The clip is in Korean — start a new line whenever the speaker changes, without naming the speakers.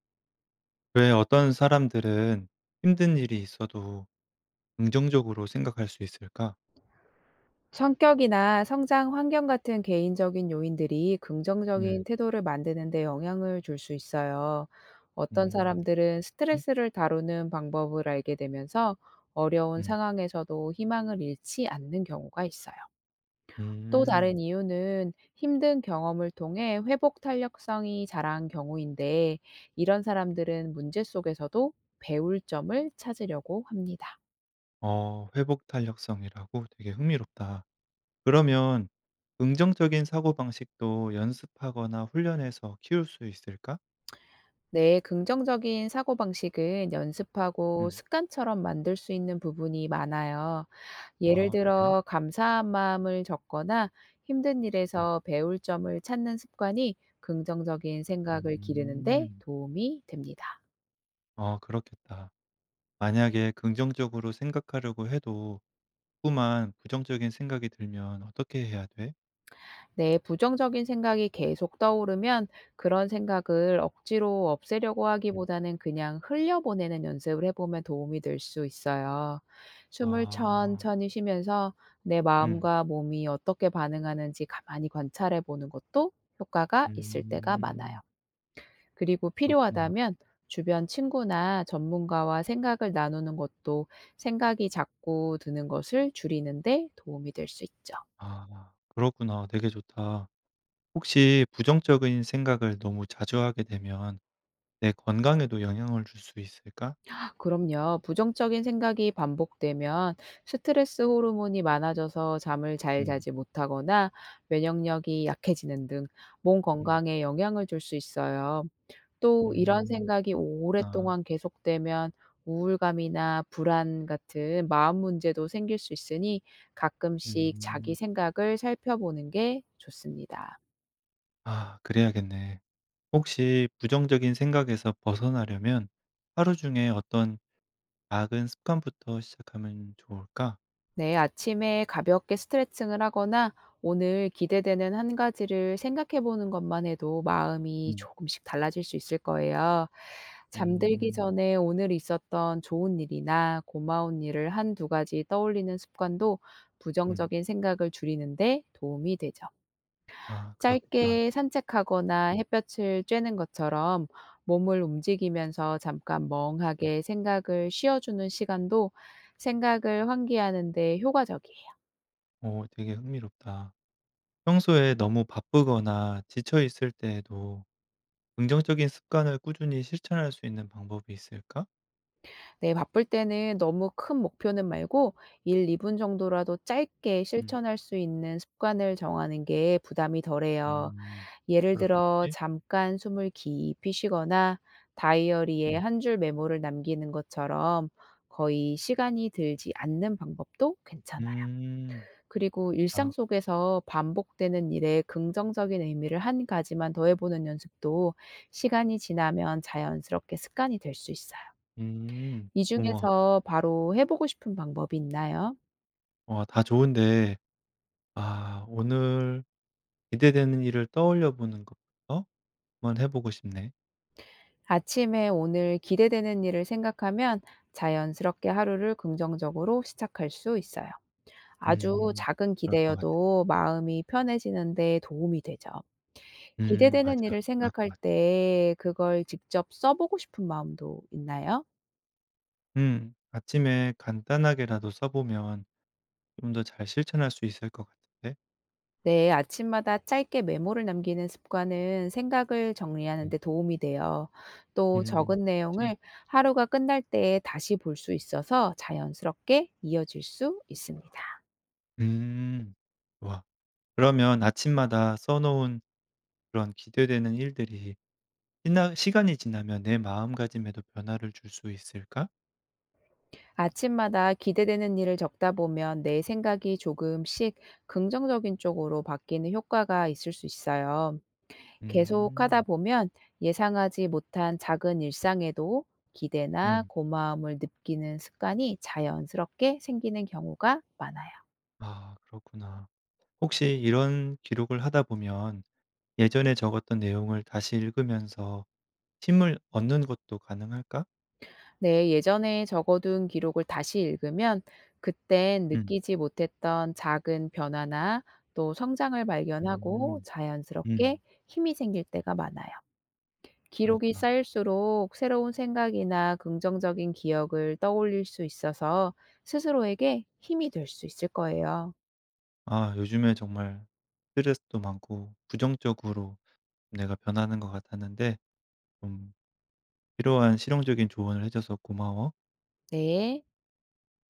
왜 어떤 사람들은 힘든 일이 있어도 긍정적으로 생각할 수 있을까?
성격이나 성장 환경 같은 개인적인 요인들이 긍정적인
음.
태도를 만드는 데 영향을 줄 수 있어요. 어떤
음.
사람들은
이
스트레스를 다루는 방법을 알게 되면서 어려운
음.
상황에서도 희망을 잃지 않는 경우가 있어요. 또 다른
음.
이유는 힘든 경험을 통해 회복 탄력성이 자란 경우인데, 이런 사람들은 문제 속에서도 배울 점을 찾으려고 합니다.
어, 회복 탄력성이라고? 되게 흥미롭다. 그러면 긍정적인 사고방식도 연습하거나 훈련해서 키울 수 있을까?
네, 긍정적인 사고방식은 연습하고
음.
습관처럼 만들 수 있는 부분이 많아요. 예를
아 그래?
들어, 감사한 마음을 적거나 힘든
음.
일에서 배울 점을 찾는 습관이 긍정적인 생각을 기르는데
음.
도움이 됩니다.
아 그렇겠다. 만약에 긍정적으로 생각하려고 해도 자꾸만 부정적인 생각이 들면 어떻게 해야 돼?
네, 부정적인 생각이 계속 떠오르면 그런 생각을 억지로 없애려고
음.
하기보다는 그냥 흘려보내는 연습을 해보면 도움이 될 수 있어요. 숨을
아.
천천히 쉬면서 내
음.
마음과 몸이 어떻게 반응하는지 가만히 관찰해 보는 것도 효과가 있을 때가 많아요.
음.
그리고
그렇구나.
필요하다면 주변 친구나 전문가와 생각을 나누는 것도 생각이 자꾸 드는 것을 줄이는데 도움이 될 수 있죠.
아 그렇구나. 되게 좋다. 혹시 부정적인 생각을 너무 자주 하게 되면 내 건강에도 영향을 줄 수 있을까?
그럼요. 부정적인 생각이 반복되면 스트레스 호르몬이 많아져서 잠을 잘
음.
자지 못하거나 면역력이 약해지는 등 몸
음.
건강에 영향을 줄 수 있어요. 또 이런
음.
생각이
아.
오랫동안 계속되면 우울감이나 불안 같은 마음 문제도 생길 수 있으니 가끔씩 자기
음.
생각을 살펴보는 게 좋습니다.
아 그래야겠네. 혹시 부정적인 생각에서 벗어나려면 하루 중에 어떤 작은 습관부터 시작하면 좋을까?
네, 아침에 가볍게 스트레칭을 하거나 오늘 기대되는 한 가지를 생각해 보는 것만 해도 마음이
음.
조금씩 달라질 수 있을 거예요. 잠들기
음.
전에 오늘 있었던 좋은 일이나 고마운 일을 한 두 가지 떠올리는 습관도
음.
부정적인 생각을 줄이는데 도움이 되죠.
아 그렇겠다.
짧게 산책하거나
음.
햇볕을 쬐는 것처럼 몸을 움직이면서 잠깐
음.
멍하게 생각을 쉬어주는 시간도 생각을 환기하는데 효과적이에요.
오, 되게 흥미롭다. 평소에 너무 바쁘거나 지쳐 있을 때에도 긍정적인 습관을 꾸준히 실천할 수 있는 방법이 있을까?
네, 바쁠 때는 너무 큰 목표는 말고 1, 2분 정도라도 짧게
음.
실천할 수 있는 습관을 정하는 게 부담이 덜해요.
음.
예를 들어
그렇겠지?
잠깐 숨을 깊이 쉬거나 다이어리에
음.
한 줄 메모를 남기는 것처럼 거의 시간이 들지 않는 방법도 괜찮아요.
음.
그리고
아.
일상 속에서 반복되는 일에 긍정적인 의미를 한 가지만 더해보는 연습도 시간이 지나면 자연스럽게 습관이 될 수 있어요.
음.
이
우와.
중에서 바로 해 보고 싶은 방법이 있나요?
와 다 좋은데 아 오늘 기대되는 일을 떠올려 보는 것부터 한번 해 보고 싶네.
아침에 오늘 기대되는 일을 생각하면 자연스럽게 하루를 긍정적으로 시작할 수 있어요.
음.
아주
음.
작은
그럴 것 같아.
기대여도 마음이 편해지는 데 도움이 되죠. 기대되는
맞아.
일을
그럴 것
생각할
같아.
때 그걸 직접 써 보고 싶은 마음도 있나요?
음. 아침에 간단하게라도 써 보면 좀 더 잘 실천할 수 있을 것 같은데.
네, 아침마다 짧게 메모를 남기는 습관은 생각을 정리하는
음.
데 도움이 돼요. 또
음.
적은
그치.
내용을 하루가 끝날 때 다시 볼 수 있어서 자연스럽게 이어질 수 있습니다.
음. 와. 그러면 아침마다 써 놓은 그런 기대되는 일들이 지나 시간이 지나면 내 마음가짐에도 변화를 줄 수 있을까?
아침마다 기대되는 일을 적다 보면 내 생각이 조금씩 긍정적인 쪽으로 바뀌는 효과가 있을 수 있어요. 계속 하다
음.
보면 예상하지 못한 작은 일상에도 기대나
음.
고마움을 느끼는 습관이 자연스럽게 생기는 경우가 많아요.
아 그렇구나. 혹시 이런 기록을 하다 보면 예전에 적었던 내용을 다시 읽으면서 힘을 얻는 것도 가능할까?
네, 예전에 적어둔 기록을 다시 읽으면 그땐
음.
느끼지 못했던 작은 변화나 또 성장을 발견하고
음.
자연스럽게
음.
힘이 생길 때가 많아요. 기록이
그렇구나.
쌓일수록 새로운 생각이나 긍정적인 기억을 떠올릴 수 있어서 스스로에게 힘이 될 수 있을 거예요.
아 요즘에 정말 스트레스도 많고 부정적으로 내가 변하는 것 같았는데 좀 필요한 실용적인 조언을 해 줘서 고마워.
네.